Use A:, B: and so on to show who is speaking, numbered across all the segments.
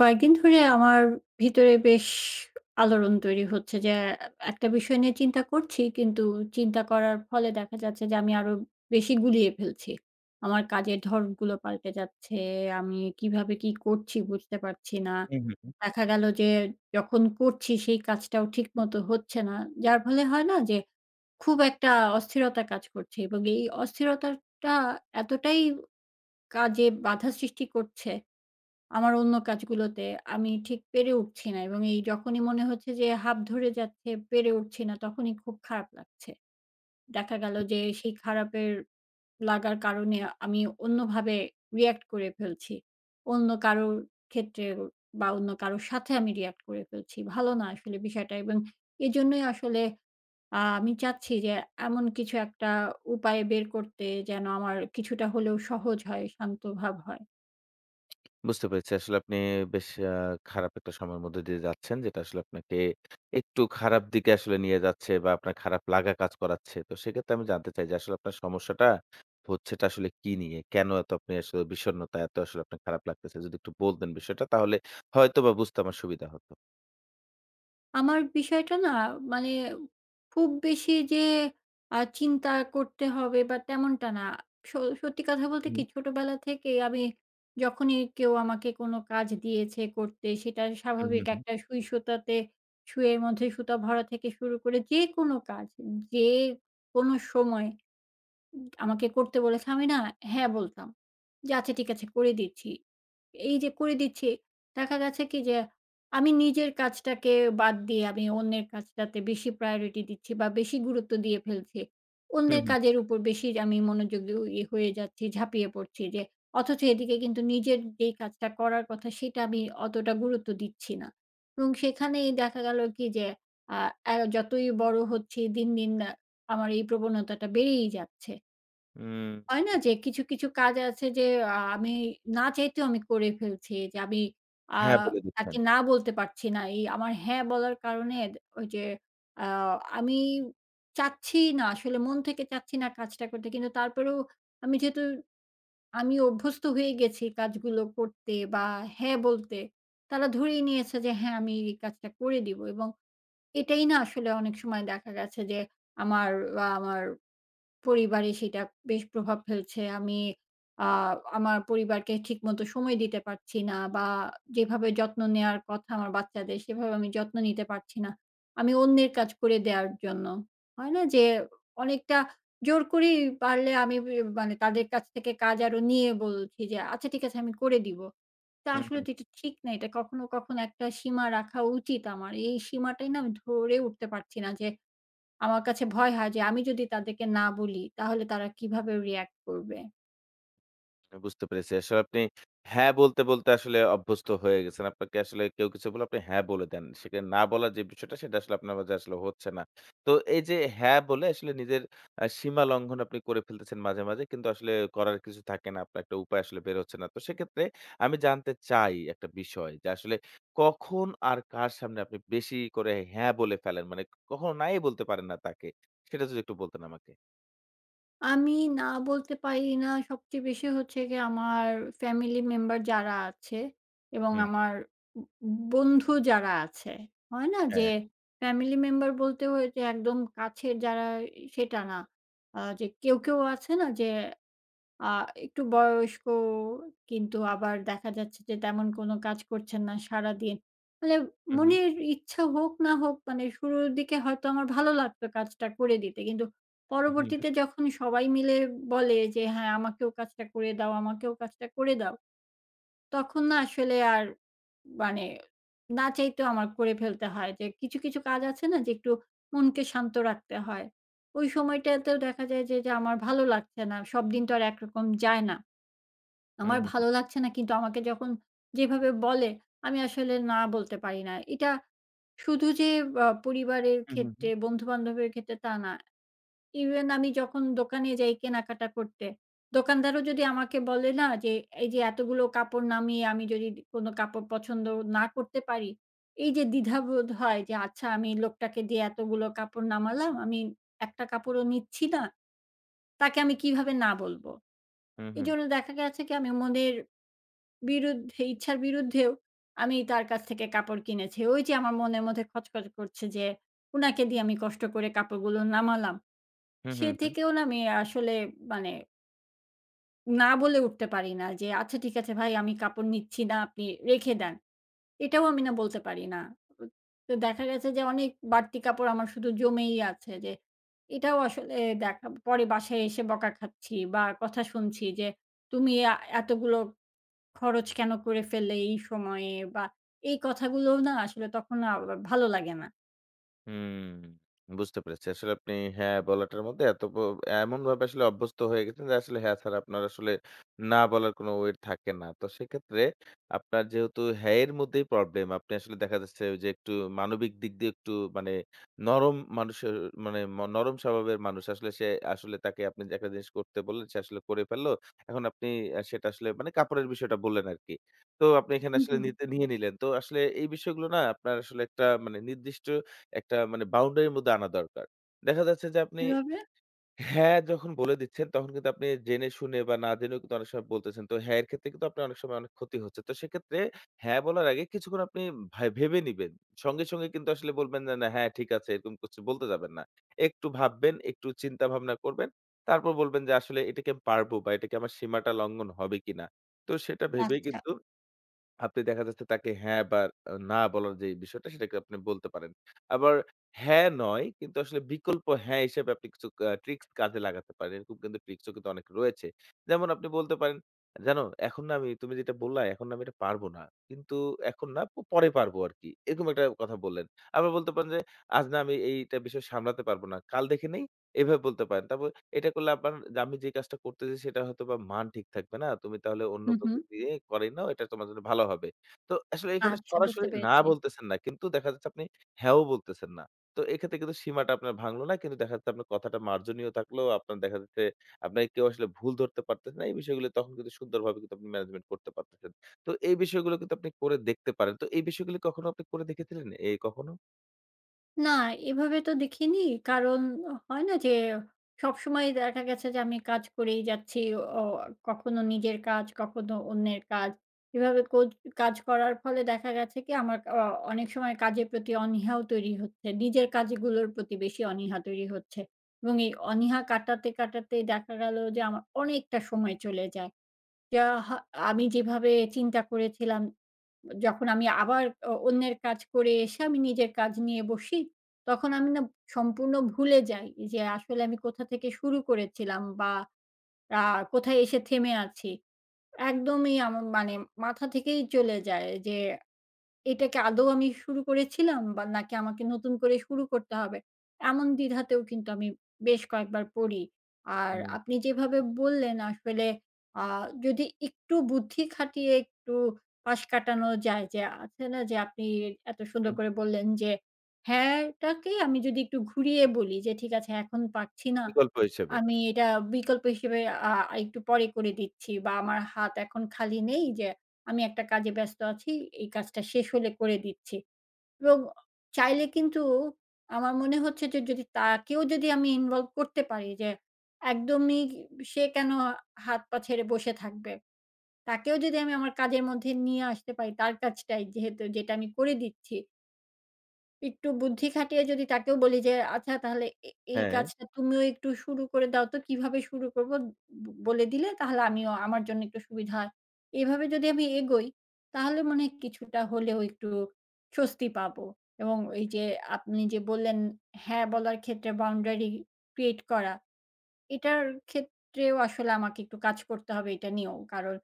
A: কয়েকদিন ধরে আমার ভিতরে বেশ আলোড়ন তৈরি হচ্ছে যে একটা বিষয় নিয়ে চিন্তা করছি, কিন্তু চিন্তা করার ফলে দেখা যাচ্ছে যে আমি আরো বেশি গুলিয়ে ফেলছি। আমার কাজের ধরনগুলো পাল্টে যাচ্ছে। আমি কিভাবে কি করছি বুঝতে পারছি না।
B: হুম, হুম, হুম।
A: দেখা গেল যে যখন করছি সেই কাজটাও ঠিকমতো হচ্ছে না। যার ফলে হয় না যে খুব একটা অস্থিরতা কাজ করছে, এবং এই অস্থিরতাটা এতটাই কাজে বাধা সৃষ্টি করছে আমার অন্য কাজগুলোতে আমি ঠিক পেরে উঠছি না, এবং এই যখনই মনে হচ্ছে যে হাঁপ ধরে যাচ্ছে, পেরে উঠছি না, তখনই খুব খারাপ লাগছে। দেখা গেল যে সেই খারাপের লাগার কারণে আমি অন্যভাবে react করে ফেলছি। অন্য কারোর ক্ষেত্রে বা অন্য কারোর সাথে আমি react করে ফেলছি। ভালো না আসলে বিষয়টা, এবং এজন্যই আসলে আমি চাচ্ছি যে এমন কিছু একটা উপায় বের করতে যেন আমার কিছুটা হলেও সহজ হয়, শান্ত ভাব হয়।
B: বুঝতে পেরেছি। আসলে আপনি বেশ খারাপ একটা সময়ের মধ্যে দিয়ে যাচ্ছেন। যেটা আসলে আপনাকে একটু খারাপ দিকে আসলে নিয়ে যাচ্ছে বা আপনার খারাপ লাগা কাজ করাচ্ছে। তো সেক্ষেত্রে আমি জানতে চাই যে আসলে আপনার সমস্যাটা হচ্ছেটা আসলে কি নিয়ে? কেন এত আপনি আসলে বিষণ্ণতা এত আসলে আপনার খারাপ লাগতেছে? যদি একটু বলতেন বিষয়টা তাহলে হয়তোবা বুঝতে আমার সুবিধা হতো।
A: আমার বিষয়টা না, মানে খুব বেশি যে চিন্তা করতে হবে বা তেমনটা না। স সত্যি কথা বলতে কি
B: হুম।
A: ছোটবেলা থেকেই আমি যখনই কেউ আমাকে কোনো কাজ দিয়েছে করতে, সেটা
B: হুম,
A: স্বাভাবিক
B: হুম, হুম।
A: একটা সুই সুতাতে সুইয়ের মধ্যে সুতা ভরা থেকে শুরু করে যেকোনো কাজ, যে কোনো সময় আমাকে করতে বলেছে, আমি না হ্যাঁ বলতাম। যে আচ্ছা, ঠিক আছে, করে দিচ্ছি। এই যে করে দিচ্ছি, দেখা গেছে কি যে আমি নিজের কাজটাকে বাদ দিয়ে আমি অন্যের কাজটাতে বেশি প্রায়োরিটি দিচ্ছি বা বেশি গুরুত্ব দিয়ে ফেলছি।
B: হুম,
A: অন্যের
B: হুম।
A: কাজের উপর বেশি আমি মনোযোগী ইয়ে হয়ে যাচ্ছি, ঝাঁপিয়ে পড়ছি, যে অথচ এদিকে কিন্তু নিজের যেই কাজটা করার কথা সেটা আমি অতটা গুরুত্ব দিচ্ছি না। এবং সেখানেই দেখা গেল কি যে, আ আ যতই বড় হচ্ছি, দিন, দিন আমার এই প্রবণতাটা বেড়েই যাচ্ছে।
B: উম।
A: হয় না যে কিছু, কিছু কাজ আছে যে আমি না চাইতেও আমি করে ফেলছি। যে আমি আ
B: হ্যাঁ, বলে
A: তাকে
B: দিচ্ছেন।
A: না বলতে পারছি না। এই আমার হ্যাঁ বলার কারণে ওই যে আ আমি চাচ্ছি না, আসলে মন থেকে চাচ্ছি না কাজটা করতে। কিন্তু তারপরেও আমি যেহেতু আমি অভ্যস্ত হয়ে গেছি কাজগুলো করতে বা হ্যাঁ বলতে, তারা ধরেই নিয়েছে যে হ্যাঁ, আমি এই কাজটা করে দিব। এবং এটাই না আসলে, অনেক সময় দেখা গেছে যে আমার বা আমার পরিবারে সেটা বেশ প্রভাব ফেলছে। আমি আ আমার পরিবারকে ঠিকমতো সময় দিতে পারছি না, বা যেভাবে যত্ন নেয়ার কথা আমার বাচ্চাদের, সেভাবে আমি যত্ন নিতে পারছি না। আমি অন্যের কাজ করে দেয়ার জন্য। হয় না যে অনেকটা জোর করেই পারলে আমি মানে তাদের কাছ থেকে কাজ আরো নিয়ে বলছি যে, "আচ্ছা ঠিক আছে, আমি করে দিব।" তা
B: হুম,
A: আসলে
B: হুম।
A: তো এটা ঠিক না। এটা কখনো, কখনো একটা সীমা রাখা উচিত আমার। এই সীমাটাই না আমি ধরে উঠতে পারছি না যে, আমার কাছে ভয় হয় যে আমি যদি তাদেরকে না বলি তাহলে তারা কিভাবে react করবে?
B: আমি বুঝতে পেরেছি। আসলে আপনি হ্যাঁ বলতে আসলে অভ্যস্ত হয়ে গেছেন। আপনাকে আসলে কেউ কিছু বললে আপনি হ্যাঁ বলে দেন। সেখানে না বলার যে বিষয়টা সেটা আসলে আপনার মাঝে আসলে হচ্ছে না। তো এই যে হ্যাঁ বলে আসলে নিজের সীমা লঙ্ঘন আপনি করে ফেলতেছেন মাঝে। কিন্তু আসলে করার কিছু থাকে না। আপনার একটা উপায় আসলে বের হচ্ছে না। তো সেক্ষেত্রে আমি জানতে চাই একটা বিষয় যে আসলে কখন আর কার সামনে আপনি বেশি করে হ্যাঁ বলে ফেলেন? মানে কখনো নাই বলতে পারেন না তাকে। সেটা যদি একটু বলতেন আমাকে।
A: আমি না বলতে পারি না সবচেয়ে বেশি, হচ্ছে গিয়ে আমার ফ্যামিলি মেম্বার যারা আছে, এবং
B: হুম,
A: আমার উ বন্ধু যারা আছে, হয় না? যে
B: হ্যাঁ।
A: ফ্যামিলি মেম্বার বলতে ওই যে একদম কাছের যারা, সেটা না। যে কেউ, কেউ আছে না যে আ একটু বয়স্ক, কিন্তু আবার দেখা যাচ্ছে যে তেমন কোনো কাজ করছেন না সারাদিন। মানে
B: হু, হু।
A: মনের ইচ্ছা হোক না হোক, মানে শুরুর দিকে হয়তো আমার ভালো লাগতো কাজটা করে দিতে। কিন্তু
B: হু, হু।
A: পরবর্তীতে যখন সবাই মিলে বলে যে, "হ্যাঁ, আমাকেও কাজটা করে দাও, আমাকেও কাজটা করে দাও।" তখন না আসলে আর, মানে না চাইতেও আমার করে ফেলতে হয় যে কিছু, কিছু কাজ আছে না যে একটু মনকে শান্ত রাখতে হয়। ওই সময়টাতেও দেখা যায় যে আমার ভালো লাগছে না। সব দিন তো আর একরকম যায় না।
B: হু,
A: আমার
B: হু, হু।
A: ভালো লাগছে না, কিন্তু আমাকে যখন যেভাবে বলে আমি আসলে না বলতে পারি না। এটা শুধু যে পরিবারের
B: হু, হু,
A: ক্ষেত্রে, বন্ধু-বান্ধবের ক্ষেত্রে তা না। ইভেন আমি যখন দোকানে যাই কেনাকাটা করতে, দোকানদারও যদি আমাকে বলে না যে, এই যে এতগুলো কাপড় নামিয়ে আমি যদি কোনো কাপড় পছন্দ না করতে পারি, এই যে দ্বিধাবোধ হয় যে, আচ্ছা, আমি লোকটাকে দিয়ে এতগুলো কাপড় নামালাম, আমি একটা কাপড়ও নিচ্ছি না, তাকে আমি কিভাবে না বলব?
B: হু।
A: এজন্য দেখা গেছে কি আমি মনের বিরুদ্ধে, ইচ্ছার বিরুদ্ধেও আমি তার কাছ থেকে কাপড় কিনেছি। ওই যে আমার মনের মধ্যে খচখচ করছে যে উনাকে দিয়ে আমি কষ্ট করে কাপড়গুলো নামালাম।
B: হুম,
A: সে
B: হুম, হুম।
A: থেকেও না আমি আসলে, মানে না বলে উঠতে পারি না যে, "আচ্ছা ঠিক আছে ভাই, আমি কাপড় নিচ্ছি না, আপনি রেখে দেন।" এটাও আমি না বলতে পারি না। তো দেখা গেছে যে অনেক বাড়তি কাপড় আমার শুধু জমেই আছে, যে এটাও আসলে দেখা পরে বাসায় এসে বকা খাচ্ছি বা কথা শুনছি যে, "তুমি এতগুলো খরচ কেন করে ফেললে এই সময়ে?" বা এই কথাগুলোও না আসলে, তখন ভালো লাগে না।
B: হুম, বুঝতে পেরেছি। আসলে আপনি হ্যাঁ বলাটার মধ্যে এত এমনভাবে আসলে অভ্যস্ত হয়ে গেছেন যে আসলে হ্যাঁ ছাড়া আপনার আসলে না বলার কোনো ওয়ে থাকে না। তো সেক্ষেত্রে আপনার যেহেতু হ্যাঁ এর মধ্যেই প্রবলেম, আপনি আসলে দেখা যাচ্ছে যে একটু মানবিক দিক দিয়ে একটু মানে নরম মানুষের মানে নরম স্বভাবের মানুষ। আসলে সে আসলে তাকে আপনি যে একটা জিনিস করতে বললেন সে আসলে করে ফেলল। এখন আপনি সেটা আসলে মানে কাপড়ের বিষয়টা বললেন আরকি। তো আপনি এখানে
A: হুম,
B: আসলে
A: হুম।
B: নিতে নিয়ে নিলেন। তো আসলে এই বিষয়গুলো না আপনার আসলে একটা মানে নির্দিষ্ট একটা মানে বাউন্ডারির মধ্যে আনা দরকার। দেখা যাচ্ছে যে আপনি
A: এভাবে।
B: হ্যাঁ, যখন বলে দিচ্ছেন তখন কিন্তু আপনি জেনে শুনে বা না জেনেও কিন্তু অনেক সময় বলতেছেন। তো হ্যাঁ, এর ক্ষেত্রে কিন্তু আপনার অনেক সময় অনেক ক্ষতি হচ্ছে। তো সেক্ষেত্রে হ্যাঁ বলার আগে কিছুক্ষণ আপনি ভাই ভেবে নিবেন। সঙ্গে সঙ্গে কিন্তু আসলে বলবেন না, না হ্যাঁ ঠিক আছে এরকম কিছু বলতে যাবেন না। একটু ভাববেন, একটু চিন্তা ভাবনা করবেন। তারপর বলবেন যে আসলে এটা কি আমি পারবো বা এটা কি আমার সীমাটা লঙ্ঘন হবে কিনা। তো সেটা ভেবেই
A: আচ্ছা।
B: কিন্তু আপনি দেখা যাচ্ছে তাকে হ্যাঁ বা না বলার যে বিষয়টা সেটাকে আপনি বলতে পারেন। আবার হ্যাঁ নয় কিন্তু আসলে বিকল্প হ্যাঁ হিসেবে আপনি কিছু ট্রিকস কাজে লাগাতে পারেন। এরকম কিন্তু ট্রিকসও কিন্তু অনেক রয়েছে। যেমন আপনি বলতে পারেন, "জানো এখন না আমি তুমি যেটা বললা এখন না আমি এটা পারব না। কিন্তু এখন না পরে পারবো আরকি।" এরকম একটা কথা বললেন। আবার বলতে পারেন যে, "আজ না আমি এইটা বিষয় সামলাতে পারব না। কাল দেখে নেই।" এভাবে বলতে পারেন। তারপর এটা করলে আপনার আমি যে কাজটা করতেছি সেটা হয়তোবা মান ঠিক থাকবে না। তুমি তাহলে অন্য
A: হুম, হুম।
B: কাউকে দিয়ে করাই নাও। এটা তোমার জন্য ভালো হবে। তো আসলে এখানে
A: আচ্ছা, বুঝতে
B: সরাসরি না
A: পেরেছি।
B: বলতেছেন না। কিন্তু দেখা যাচ্ছে আপনি হ্যাঁও বলতেছেন না। তো এক্ষেত্রে কিন্তু সীমাটা আপনার ভাঙলো না। কিন্তু দেখা যাচ্ছে আপনার কথাটা মার্জনীয় থাকলো। আপনার দেখা যাচ্ছে আপনাকে কেউ আসলে ভুল ধরতে পারতেছে না। এই বিষয়গুলো তখন কিন্তু সুন্দরভাবে কিন্তু আপনি ম্যানেজমেন্ট করতে পারতেছেন। তো এই বিষয়গুলো কিন্তু আপনি করে দেখতে পারেন। তো এই বিষয়গুলো কখনো আপনি করে দেখেছিলেন? এই কখনো?
A: না, এভাবে তো দেখিনি। কারণ হয় না যে সবসময় দেখা গেছে যে আমি কাজ করেই যাচ্ছি। অ কখনো নিজের কাজ, কখনো অন্যের কাজ। এভাবে কাজ করার ফলে দেখা গেছে কি আমার অনেক সময় কাজের প্রতি অনীহাও তৈরি হচ্ছে। নিজের কাজগুলোর প্রতি বেশি অনীহা তৈরি হচ্ছে। এবং এই অনীহা কাটাতে, কাটাতে দেখা গেল যে আমার অনেকটা সময় চলে যায়। যা হা আমি যেভাবে চিন্তা করেছিলাম, যখন আমি আবার অন্যের কাজ করে এসে আমি নিজের কাজ নিয়ে বসি, তখন আমি না সম্পূর্ণ ভুলে যাই যে আসলে আমি কোথা থেকে শুরু করেছিলাম, বা আ কোথায় এসে থেমে আছি। একদমই আমার, মানে মাথা থেকেই চলে যায় যে এটা কি আদৌ আমি শুরু করেছিলাম, বা নাকি আমাকে নতুন করে শুরু করতে হবে? এমন দ্বিধাতেও কিন্তু আমি বেশ কয়েকবার পড়ি। আর
B: হুম।
A: আপনি যেভাবে বললেন আসলে, আ যদি একটু বুদ্ধি খাটিয়ে একটু পাশ কাটানো যায়, যে আছে না যে আপনি এত সুন্দর
B: হুম,
A: করে বললেন যে, হ্যাঁ টাকে আমি যদি একটু ঘুরিয়ে বলি যে, ঠিক আছে এখন পারছি না।
B: বিকল্প হিসেবে।
A: আমি এটা বিকল্প হিসেবে আ একটু পরে করে দিচ্ছি, বা আমার হাত এখন খালি নেই, যে আমি একটা কাজে ব্যস্ত আছি, এই কাজটা শেষ হলে করে দিচ্ছি। এবং চাইলে কিন্তু আমার মনে হচ্ছে যে যদি তাকেও যদি আমি ইনভলভ করতে পারি, যে একদমই সে কেন হাত পা ছেড়ে বসে থাকবে? তাকেও যদি আমি আমার কাজের মধ্যে নিয়ে আসতে পারি, তার কাজটাই যেহেতু যেটা আমি করে দিচ্ছি। একটু বুদ্ধি খাটিয়ে যদি তাকেও বলি যে, "আচ্ছা তাহলে এই
B: হ্যাঁ।
A: কাজটা তুমিও একটু শুরু করে দাও, তো কিভাবে শুরু করব বলে দিলে তাহলে আমিও, আমার জন্য একটু সুবিধা হয়।" এভাবে যদি আমি এগোই, তাহলে মনে হয় কিছুটা হলেও একটু স্বস্তি পাবো, এবং এই যে আপনি যে বললেন, হ্যাঁ বলার ক্ষেত্রে বাউন্ডারি ক্রিয়েট করা, এটার ক্ষেত্রেও আসলে আমাকে একটু কাজ করতে হবে এটা নিয়েও। কারণ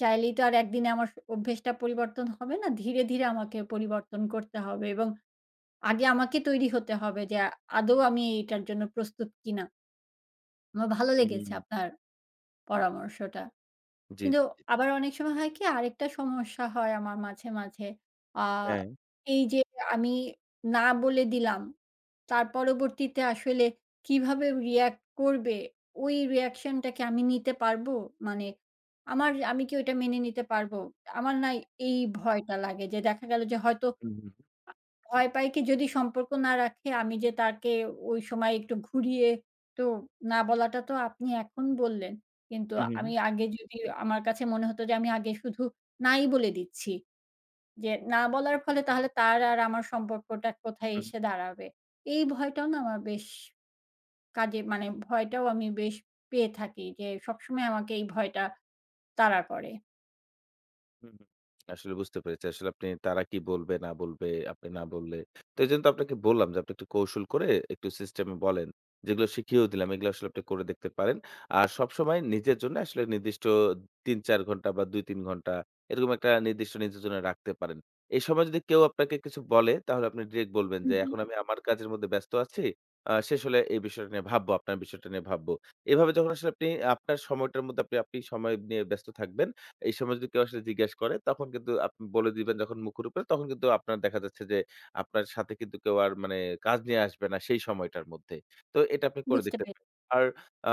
A: চাইলেই তো আর একদিনে আমার অভ্যেসটা পরিবর্তন হবে না। ধীরে, ধীরে আমাকে পরিবর্তন করতে হবে, এবং আগে আমাকে তৈরি হতে হবে যে আদৌ আমি এটার জন্য প্রস্তুত কিনা। আমার ভালো
B: হুম।
A: লেগেছে আপনার পরামর্শটা।
B: জি,
A: কিন্তু
B: জি, জি।
A: আবার অনেক সময় হয় কি, আরেকটা সমস্যা হয় আমার মাঝে, মাঝে। আ
B: হ্যাঁ।
A: এই যে আমি না বলে দিলাম, তার পরবর্তীতে আসলে কিভাবে react করবে, ওই reaction টাকে আমি নিতে পারবো? মানে আমার, আমি কি ওইটা মেনে নিতে পারবো? আমার না এই ভয়টা লাগে যে দেখা গেল যে হয়তো
B: হুম, হুম।
A: ভয় পাই কি যদি সম্পর্ক না রাখে, আমি যে তাকে ওই সময় একটু ঘুরিয়ে, তো না বলাটা তো আপনি এখন বললেন। কিন্তু
B: হুম, হুম,
A: আমি আগে যদি, আমার কাছে মনে হতো যে আমি আগে শুধু নাই বলে দিচ্ছি। যে না বলার ফলে তাহলে তার আর আমার সম্পর্কটা কোথায়
B: হুম,
A: এসে দাঁড়াবে। এই ভয়টাও না আমার বেশ কাজে, মানে ভয়টাও আমি বেশ পেয়ে থাকি, যে সবসময় আমাকে এই ভয়টা তাড়া করে।
B: হুম, হুম। আসলে বুঝতে পেরেছি। আসলে আপনি তারা কি বলবে না বলবে, আপনি না বললে। তো এজন্য তো আপনাকে বললাম যে আপনি একটু কৌশল করে একটু সিস্টেমে বলেন। যেগুলো শিখিয়েও দিলাম এগুলো আসলে আপনি করে দেখতে পারেন। আর সবসময় নিজের জন্য আসলে নির্দিষ্ট ৩-৪ ঘন্টা বা ২-৩ ঘন্টা এরকম একটা নির্দিষ্ট নিজের জন্য রাখতে পারেন। এই সময় যদি কেউ আপনাকে কিছু বলে তাহলে আপনি ডিরেক্ট বলবেন
A: হুম,
B: যে,
A: হুম।
B: "এখন আমি আমার কাজের মধ্যে ব্যস্ত আছি। শেষ হলে এই বিষয়টা নিয়ে ভাববো, আপনার বিষয়টা নিয়ে ভাববো।" এভাবে যখন আসলে আপনি আপনার সময়টার মধ্যে আপনি সময় নিয়ে ব্যস্ত থাকবেন এই সময় যদি কেউ আসলে জিজ্ঞেস করে তখন কিন্তু আপনি বলে দিবেন যখন মুখের উপরে তখন কিন্তু আপনার দেখা যাচ্ছে যে আপনার সাথে কিন্তু কেউ আর মানে কাজ নিয়ে আসবে না সেই সময়টার মধ্যে। তো এটা আপনি করে
A: বুঝতে
B: দেখতে
A: পেরেছি।
B: পারেন। আর আ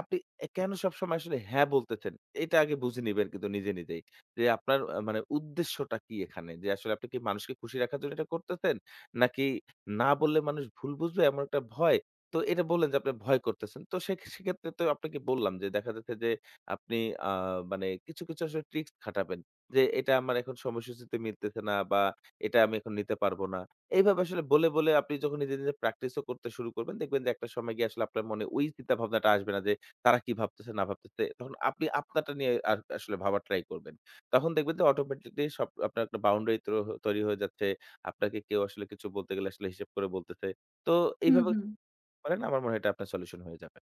B: আপনি কেন সবসময় আসলে হ্যাঁ বলতেছেন এটা আগে বুঝে নিবেন কিন্তু নিজে নিজেই। যে আপনার মানে উদ্দেশ্যটা কি এখানে? যে আসলে আপনি কি মানুষকে খুশি রাখার জন্য এটা করতেছেন? নাকি না বললে মানুষ ভুল বুঝবে এমন একটা ভয়। তো এটা বললেন যে আপনি ভয় করতেছেন। তো সেক্ষেত্রে তো আপনাকে বললাম যে দেখা যাচ্ছে যে আপনি আ মানে কিছু আসলে ট্রিক্স খাটাবেন। যে এটা আমার এখন সময়সূচিতে মিলতেছে না বা এটা আমি এখন নিতে পারবো না। এইভাবে আসলে বলে আপনি যখন নিজে প্র্যাকটিসও করতে শুরু করবেন, দেখবেন যে একটা সময় গিয়ে আসলে আপনার মনে ওই চিন্তা ভাবনাটা আসবে না যে তারা কি ভাবতেছে না ভাবতেছে। তখন আপনি আপনারটা নিয়ে আর আসলে ভাবার ট্রাই করবেন। তখন দেখবেন যে অটোমেটিকলি সব আপনার একটা বাউন্ডারি তৈরি হয়ে যাচ্ছে। আপনাকে কেউ আসলে কিছু বলতে গেলে আসলে হিসেব করে বলতেছে। তো
A: হুম,
B: এইভাবে
A: হুম।
B: করেন আমার মনে হয় এটা আপনার সলিউশন হয়ে যাবে।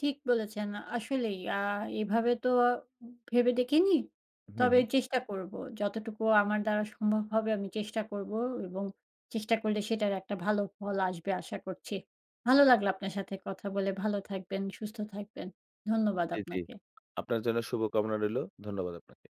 A: ঠিক বলেছেন। আসলেই এভাবে তো ভেবে দেখিনি।
B: হুম,
A: তবে
B: হুম।
A: চেষ্টা করব। যতটুকু আমার দ্বারা সম্ভব হবে আমি চেষ্টা করব, এবং চেষ্টা করলে সেটার একটা ভালো ফল আসবে আশা করছি। ভালো লাগলো আপনার সাথে কথা বলে। ভালো থাকবেন, সুস্থ থাকবেন। ধন্যবাদ
B: জি, জি।
A: আপনাকে।
B: আপনার জন্য শুভকামনা রইলো। ধন্যবাদ আপনাকে।